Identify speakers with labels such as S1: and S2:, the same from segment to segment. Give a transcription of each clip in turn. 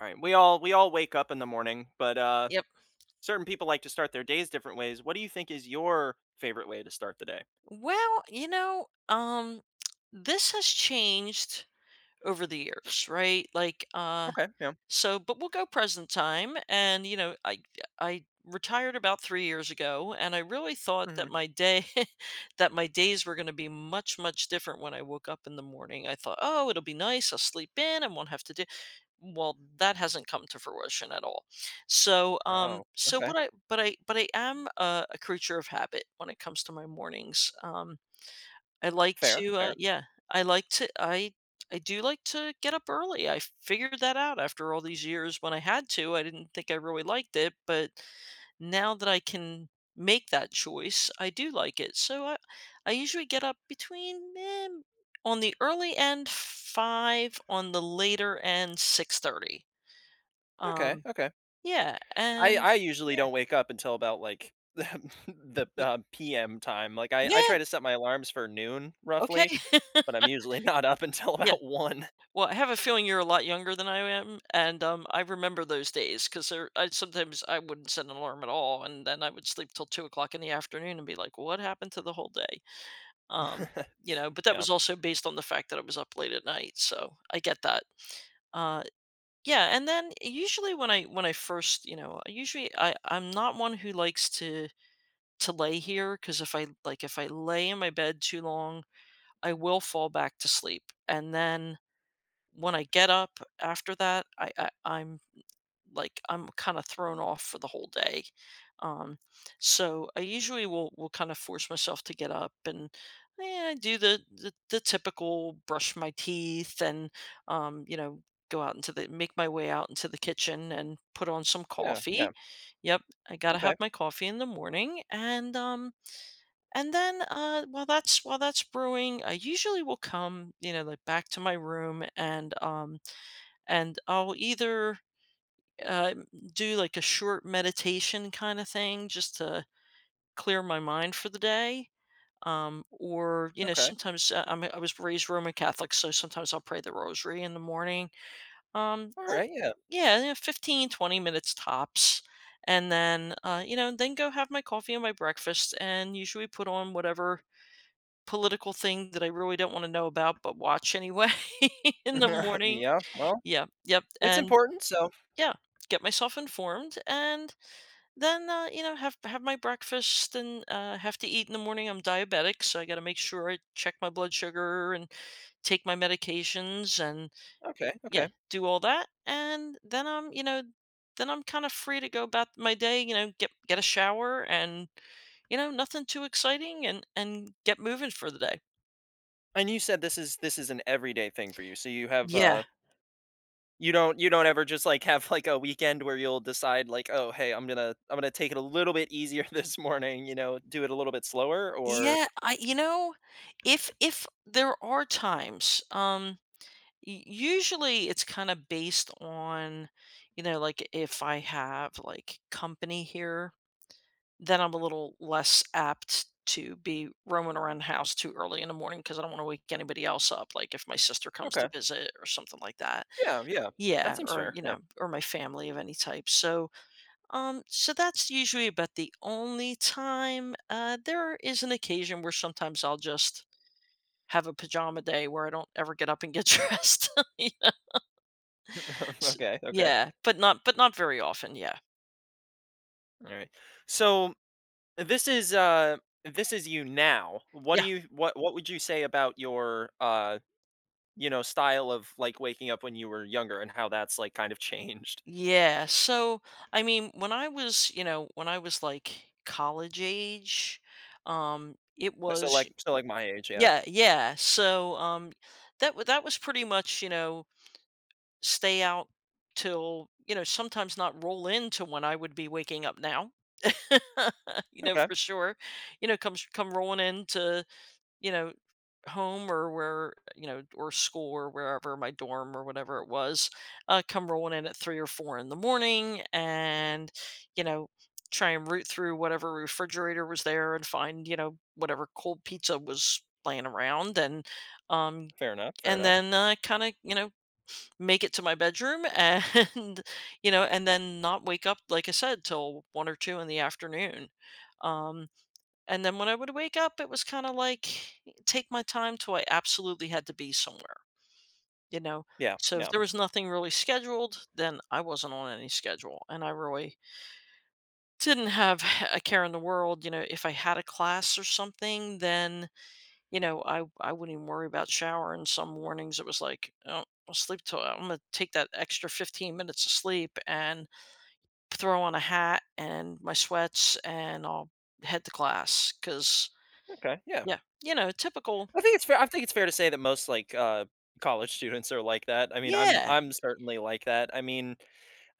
S1: All right. We all wake up in the morning, but
S2: Yep.
S1: certain people like to start their days different ways. What do you think is your favorite way to start the day?
S2: Well, you know, um, this has changed over the years, right? Like, uh,
S1: Okay. Yeah.
S2: so, but we'll go present time. And, you know, I retired about 3 years ago and I really thought
S1: hmm
S2: that my day, that my days were going to be much, much different when I woke up in the morning. I thought, oh, it'll be nice. I'll sleep in and won't have to do. Well, that hasn't come to fruition at all. So,
S1: Oh.
S2: so
S1: Okay.
S2: what I but I but I am a creature of habit when it comes to my mornings. I like
S1: Fair.
S2: to,
S1: Fair.
S2: yeah, I like to, I I do like to get up early. I figured that out after all these years when I had to. I didn't think I really liked it, but now that I can make that choice, I do like it. So I usually get up between on the early end five, on the later end 6:30.
S1: Okay.
S2: Um,
S1: Okay.
S2: yeah,
S1: I
S2: and
S1: I usually
S2: yeah,
S1: don't wake up until about like the
S2: y
S1: p.m. time. Like I
S2: yeah,
S1: try to set my alarms for noon
S2: okay.
S1: roughly, but I'm usually not up until
S2: Yeah,
S1: about one.
S2: well, I have a feeling you're a lot younger than I am, and, I remember those days 'cause there I sometimes I wouldn't set an alarm at all, and then I would sleep till 2 o'clock in the afternoon and be like, "What happened to the whole day?" Um, but that
S1: Yeah.
S2: was also based on the fact that I was up late at night, so I get that. Uh, yeah, and then usually when I first usually I'm not one who likes to lay here, because if I like, if I lay in my bed too long, I will fall back to sleep, and then when I get up after that, I'm, like, I'm kinda thrown off for the whole day. Um, so I usually will kinda force myself to get up and, I do the typical brush my teeth and, um, you know, go out into the make my way out into the kitchen and put on some
S1: Yeah. Yeah.
S2: coffee. Yep, I gotta
S1: Okay.
S2: have my coffee in the morning and then, while that's brewing, I usually will come, you know, like, back to my room and I'll either, uh, do, like, a short meditation kinda thing just to clear my mind for the day, or, you know,
S1: Okay.
S2: sometimes, I was raised Roman Catholic, so sometimes I'll pray the rosary in the morning. Um,
S1: All
S2: eh
S1: right. Yeah.
S2: yeah, yeah, 15, 20 minutes tops. And then, then go have my coffee and my breakfast and usually put on whatever political thing that I really don't wanna know about, but watch anyway in the morning.
S1: Yeah. Well,
S2: Yeah, yep,
S1: it's
S2: and
S1: important. So
S2: yeah, get myself informed, and then, have my breakfast and, have to eat in the morning. I'm diabetic, so I gotta make sure I check my blood sugar and take my medications and
S1: okay.
S2: yeah,
S1: Okay.
S2: do all that, and then I'm, you know then I'm kinda free to go about my day, you know, get a shower and, you know, nothing too exciting and get moving for the day.
S1: And you said this is an everyday thing for you. So you have
S2: Yeah.
S1: you don't ever just like have like a weekend where you'll decide like, "Oh, hey, I'm going to take it a little bit easier this morning, you know, do it a little bit slower or
S2: Yeah, if there are times, u usually it's kinda based on, you know, like, if I have, like, company here, then I'm a little less apt to be roaming around the house too early in the morning because I don't wanna wake anybody else up, like, if my sister comes to
S1: Okay.
S2: visit or something like that.
S1: Yeah, yeah. That
S2: Yeah,
S1: seems
S2: or,
S1: fair.
S2: you
S1: Yeah.
S2: know, or my family of any type, so, so that's usually about the only time, there is an occasion where sometimes I'll just have a pajama day where I don't ever get up and get dressed. Yes.
S1: Okay, okay.
S2: Yeah, but not very often, yeah.
S1: All right. So this is this is you now. What do
S2: Yeah.
S1: you what would you say about your you know style of like waking up when you were younger and how that's like kind of changed?
S2: Yeah, so, I mean, when I was, you know, when I was, like, college age, it was.
S1: So like my age, yeah.
S2: Yeah, yeah, so, that was pretty much, you know, stay out till, you know, sometimes not roll into when I would be waking up now, you know,
S1: Okay.
S2: for sure, you know, come rolling into, you know home or where you know or school or wherever my dorm or whatever it was, come rolling in at three or four in the morning and you know try and root through whatever refrigerator was there and find you know whatever cold pizza was laying around um
S1: Fair enough. Fair
S2: and
S1: enough.
S2: then kind of you know make it to my bedroom and you know and then not wake up like I said till one or two in the afternoon. um and then when I would wake up, it was kinda like, take my time till I absolutely had to be somewhere, you know?
S1: Yeah,
S2: So if
S1: yeah,
S2: there was nothing really scheduled, then I wasn't on any schedule, and I really didn't have a care in the world, you know, if I had a class or something, then, you know, I wouldn't even worry about showering. Some mornings it was like, "Oh, I'll sleep till I'm gonna take that extra 15 minutes of sleep and throw on a hat and my sweats, and I'll head to class because
S1: okay, yeah.
S2: yeah, you know, typical."
S1: I think it's fair to say that most, like, college students are like that. I mean, I'm
S2: Yeah,
S1: I'm certainly like that. I mean,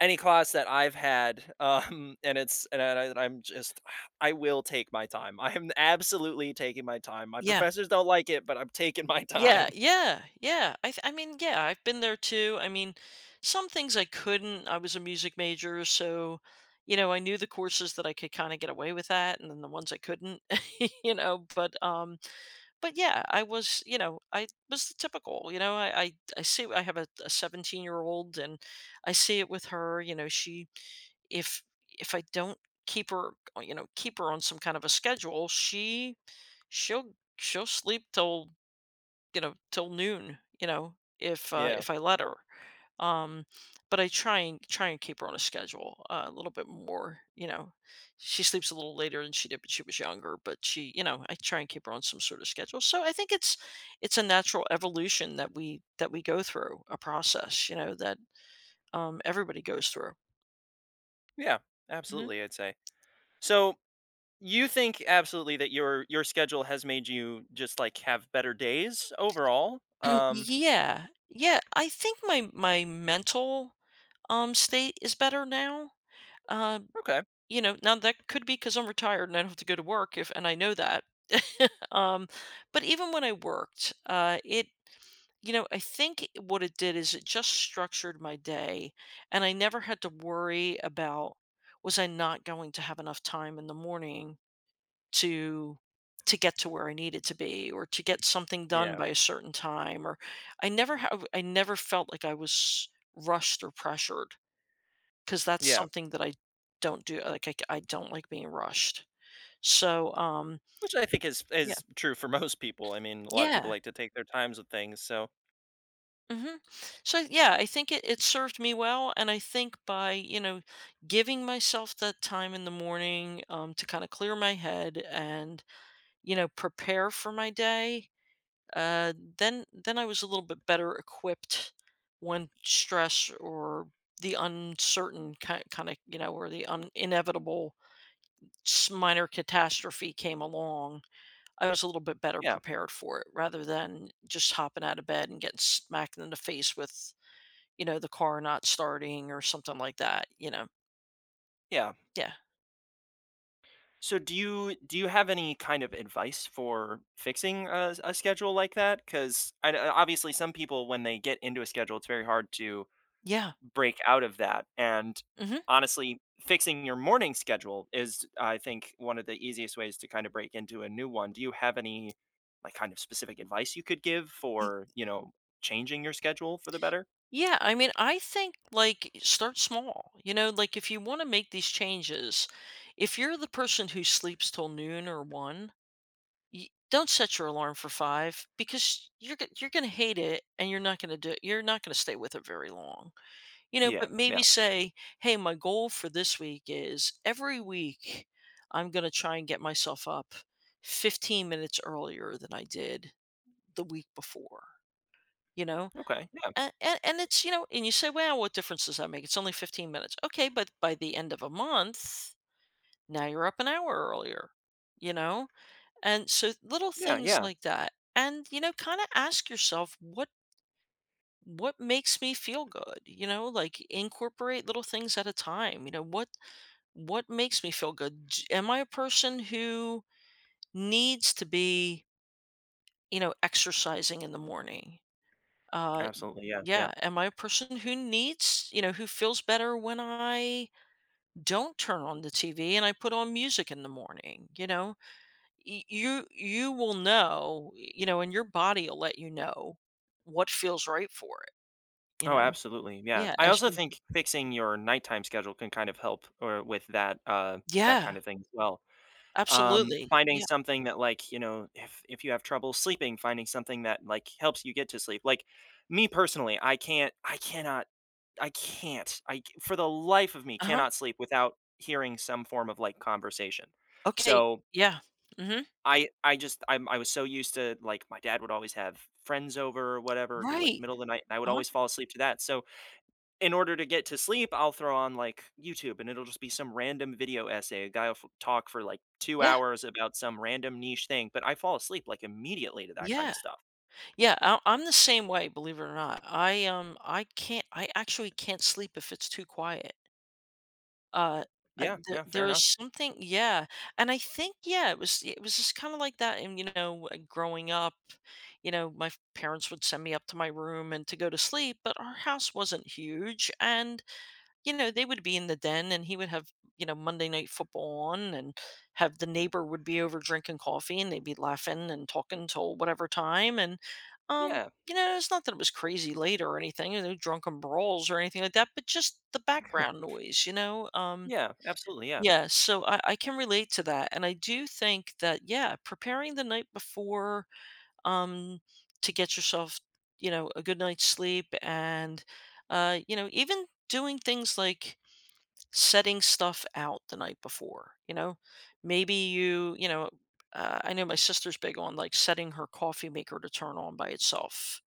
S1: any class that I've had, and it's and I'm just I will take my time. I am absolutely taking my time. My
S2: yeah,
S1: professors don't like it, but I'm taking my time.
S2: yeah, yeah, yeah. I mean, yeah, I've been there too. I mean, some things I couldn't. I was a music major, so, you know, I knew the courses that I could kinda get away with that, and then the ones I couldn't, you know, but yeah, I was, you know, I was the typical, I see I have a 17-year-old, and I see it with her, you know, she if I don't keep her, you know, keep her on some kind of a schedule, she'll sleep till you know, till noon, you know,
S1: Yeah.
S2: if I let her. Um, but I try and try and keep her on a schedule, a little bit more. You know, she sleeps a little later than she did, when she was younger. But she, you know, I try and keep her on some sort of schedule. So I think it's a natural evolution that we go through a process. You know that everybody goes through.
S1: Yeah,
S2: Mhm.
S1: absolutely, I'd say. So, you think absolutely that your schedule has made you just, like, have better days overall?
S2: Yeah, yeah. I think my mental state is better now. Um,
S1: Okay.
S2: You know, now that could be because 'cause I'm retired and I don't have to go to work if and I know that. Um, but even when I worked, it you know, I think what it did is it just structured my day, and I never had to worry about, "Was I not going to have enough time in the morning to get to where I needed to be or to get something done
S1: Yeah.
S2: by a certain time?" Or I never felt like I was rushed or pressured. 'Cause that's
S1: Yeah.
S2: something that I don't do, like, I c I don't like being rushed. So,
S1: Which I think
S2: yeah.
S1: is true for most people. I mean, a lot of people
S2: Yeah.
S1: like to take their times with things, so
S2: Mhm. So, yeah, I think it it served me well, and I think by, you know, giving myself that time in the morning, to kinda clear my head and, you know, prepare for my day, uh, then I was a little bit better equipped when stress or the uncertain kinda, you know, or the un inevitable s minor catastrophe came along. I was a little bit better
S1: yeah.
S2: prepared for it rather than just hopping out of bed and getting smacked in the face with, you know, the car not starting or something like that, you know.
S1: Yeah.
S2: Yeah.
S1: So do you have any kind of advice for fixing a schedule like that? 'Cause I kn Obviously, some people, when they get into a schedule, it's very hard to
S2: Yeah.
S1: break out of that, and,
S2: Mhm.
S1: honestly, fixing your morning schedule is, I think, one of the easiest ways to kinda break into a new one. Do you have any, like, kind of specific advice you could give
S2: Y-
S1: for, you know, changing your schedule for the better?
S2: Yeah, I mean, I think like start small. You know, like if you want to make these changes, if you're the person who sleeps till noon or 1, y don't set your alarm for 5 because you're going to hate it and you're not going to do it. You're not going to stay with it very long. You know,
S1: Yeah.
S2: but maybe
S1: Yeah.
S2: say, "Hey, my goal for this week is every week I'm gonna try and get myself up 15 minutes earlier than I did the week before." You know?
S1: Okay. Yeah.
S2: And it's, you know, and you say, "Well, what difference does that make? It's only 15 minutes." Okay, but by the end of a month, now you're up an hour earlier, you know? And so little
S1: Yeah.
S2: things
S1: Yeah.
S2: like that. And, you know, kinda ask yourself what makes me feel good, you know, like incorporate little things at a time. You know, what. What makes me feel good? Am I a person who needs to be, you know, exercising in the morning? Uh,
S1: Absolutely. Yeah. Yeah.
S2: yeah. Am I a person who needs, you know, who feels better when I don't turn on the TV and I put on music in the morning? You know, you will know, you know, and your body will let you know what feels right for it. You
S1: Oh,
S2: know,
S1: absolutely. Yeah.
S2: yeah.
S1: I
S2: As
S1: also
S2: you,
S1: think fixing your nighttime schedule can kind of help or with that that kind
S2: yeah,
S1: of thing as well.
S2: absolutely,
S1: Finding
S2: yeah.
S1: something that like, you know, if you have trouble sleeping, finding something that like helps you get to sleep. Like me personally, I can't. I c- for the life of me
S2: Uh huh.
S1: cannot sleep without hearing some form of like conversation.
S2: Okay.
S1: So
S2: Yeah. Mm-hmm.
S1: I just I was so used to, like, my dad would always have friends over or whatever, it'd be, like,
S2: Right.
S1: middle of the night, and I would
S2: Uh huh.
S1: always fall asleep to that, so, in order to get to sleep, I'll throw on, like, YouTube, and it'll just be some random video essay, a guy will f talk for, like, 2
S2: Yeah.
S1: hours about some random niche thing, but I fall asleep, like, immediately to that kinda
S2: Yeah,
S1: stuff.
S2: yeah, I'm the same way, believe it or not. I can't I actually can't sleep if it's too quiet. Uh,
S1: Yeah,
S2: there
S1: yeah, fair
S2: there is
S1: enough.
S2: something, yeah, and I think, yeah, it was just kinda like that and, you know, growing up, you know, my f parents would send me up to my room and to go to sleep, but our house wasn't huge, and you know, they would be in the den and he would have, you know, Monday night football on and have the neighbor would be over drinking coffee and they'd be laughing and talking till whatever time. And, um,
S1: Yeah,
S2: you know, it's not that it was crazy late or anything, you know, drunken brawls or anything like that, but just the background noise, you know?
S1: yeah, absolutely, yeah.
S2: Yeah, so I can relate to that. And I do think that, yeah, preparing the night before, um, to get yourself, you know, a good night's sleep and, you know, even doing things like setting stuff out the night before, you know? Maybe you, I know my sister's big on like setting her coffee maker to turn on by itself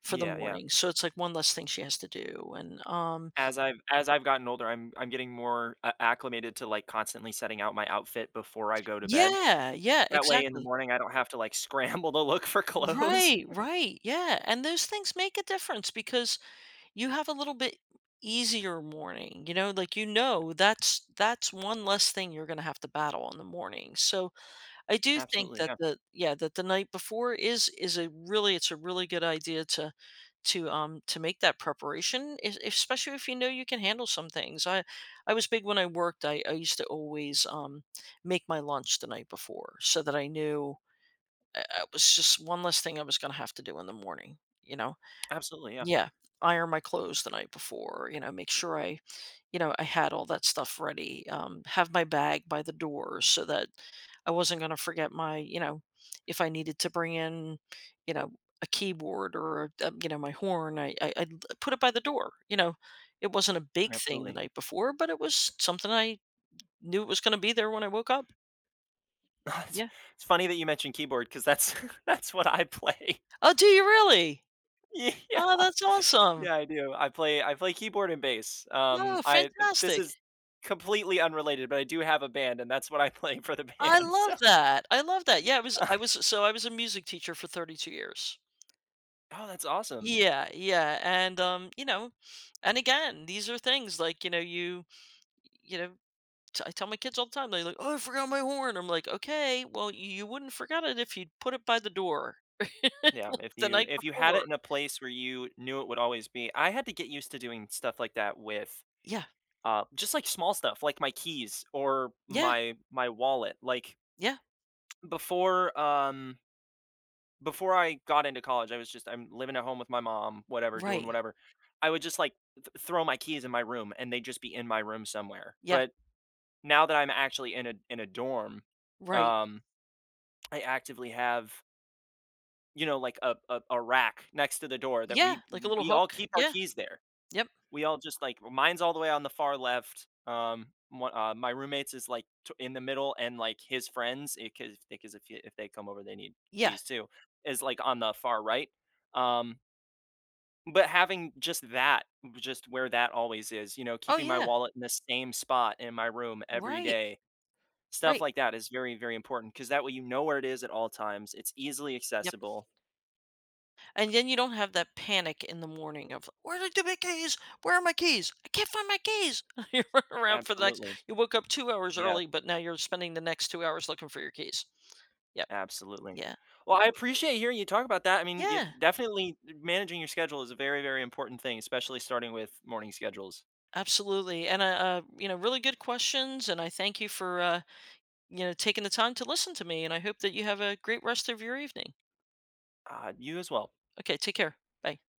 S2: for the
S1: Yeah, yeah.
S2: morning. So it's like one less thing she has to do. And
S1: As I've gotten older, I'm getting more a acclimated to, like, constantly setting out my outfit before I go to bed.
S2: yeah, yeah,
S1: That way in the
S2: exactly.
S1: morning, I don't have to, like, scramble to look for clothes.
S2: Right, right. Yeah. And those things make a difference because you have a little bit easier morning, you know, like you know that's one less thing you're going to have to battle in the morning. So I do think
S1: Absolutely,
S2: that
S1: yeah.
S2: the, yeah, that the night before is a really, it's a really good idea to make that preparation, es- especially if you know you can handle some things. I was big when I worked. I used to always make my lunch the night before so that I knew, it was just one less thing I was going to have to do in the morning. You know,
S1: Absolutely, yeah.
S2: yeah, iron my clothes the night before. You know, make sure I had all that stuff ready, have my bag by the door so that I wasn't going to forget my, you know, if I needed to bring in, you know, a keyboard or, a, you know, my horn, I put it by the door. You know, it wasn't a big thing the
S1: Absolutely.
S2: night before, but it was something I knew was going to be there when I woke up.
S1: It's
S2: Yeah.
S1: it's funny that you mentioned keyboard because that's that's what I play.
S2: Oh, do you really?
S1: Yeah.
S2: Oh, that's awesome.
S1: Yeah, I do. I play keyboard and bass.
S2: Oh,
S1: I this
S2: fantastic.
S1: is completely unrelated, but I do have a band, and that's what I play for the
S2: I
S1: band,
S2: love
S1: so
S2: that. I love that. Yeah, I was a music teacher for 32 years.
S1: Oh, that's awesome.
S2: Yeah, yeah, and, you know, and again, these are things like, you know, you know, t I tell my kids all the time, they're like, "Oh, I forgot my horn." I'm like, "Okay, well, you wouldn't forgot it if you'd put it by the door, like,
S1: Yeah, if
S2: the
S1: you
S2: night
S1: if you had it
S2: before."
S1: in a place where you knew it would always be I had to get used to doing stuff like that with
S2: Yeah,
S1: Just like small stuff, like my keys or
S2: yeah,
S1: my wallet. Like
S2: yeah,
S1: before, before I got into college, I was just I'm living at home with my mom, whatever, doing
S2: right,
S1: whatever. I would just like throw my keys in my room, and they'd just be in my room somewhere.
S2: yeah,
S1: But now that I'm actually in a dorm,
S2: right,
S1: um, I actively have you know like a rack next to the door that
S2: yeah,
S1: we
S2: like a little
S1: we all
S2: hook,
S1: keep our
S2: yeah,
S1: keys there.
S2: yep,
S1: We all just like mine's all the way on the far left. One, my roommates is like in the middle, and like his friends, because if you, if they come over, they need
S2: yeah,
S1: keys too. Is like on the far right. Um, but having just that, just where that always is, you know,
S2: oh,
S1: keeping my
S2: yeah,
S1: wallet in the same spot in my room every
S2: right,
S1: day, stuff
S2: right,
S1: like that is very important because that way you know where it is at all times. It's easily
S2: yep.
S1: accessible.
S2: And then you don't have that panic in the morning of where did my keys? Where are my keys? I can't find my keys. You run around for the next.
S1: Absolutely.
S2: You woke up 2 hours
S1: Yeah.
S2: early, but now you're spending the next 2 hours looking for your keys. Yep.
S1: Absolutely.
S2: Yeah.
S1: Well, I appreciate hearing you talk about that. I mean, you
S2: Yeah.
S1: definitely managing your schedule is a very, very important thing, especially starting with morning schedules.
S2: Absolutely. And you know, really good questions. And I thank you for, you know, taking the time to listen to me. And I hope that you have a great rest of your evening.
S1: You as well.
S2: Okay. Take care. Bye.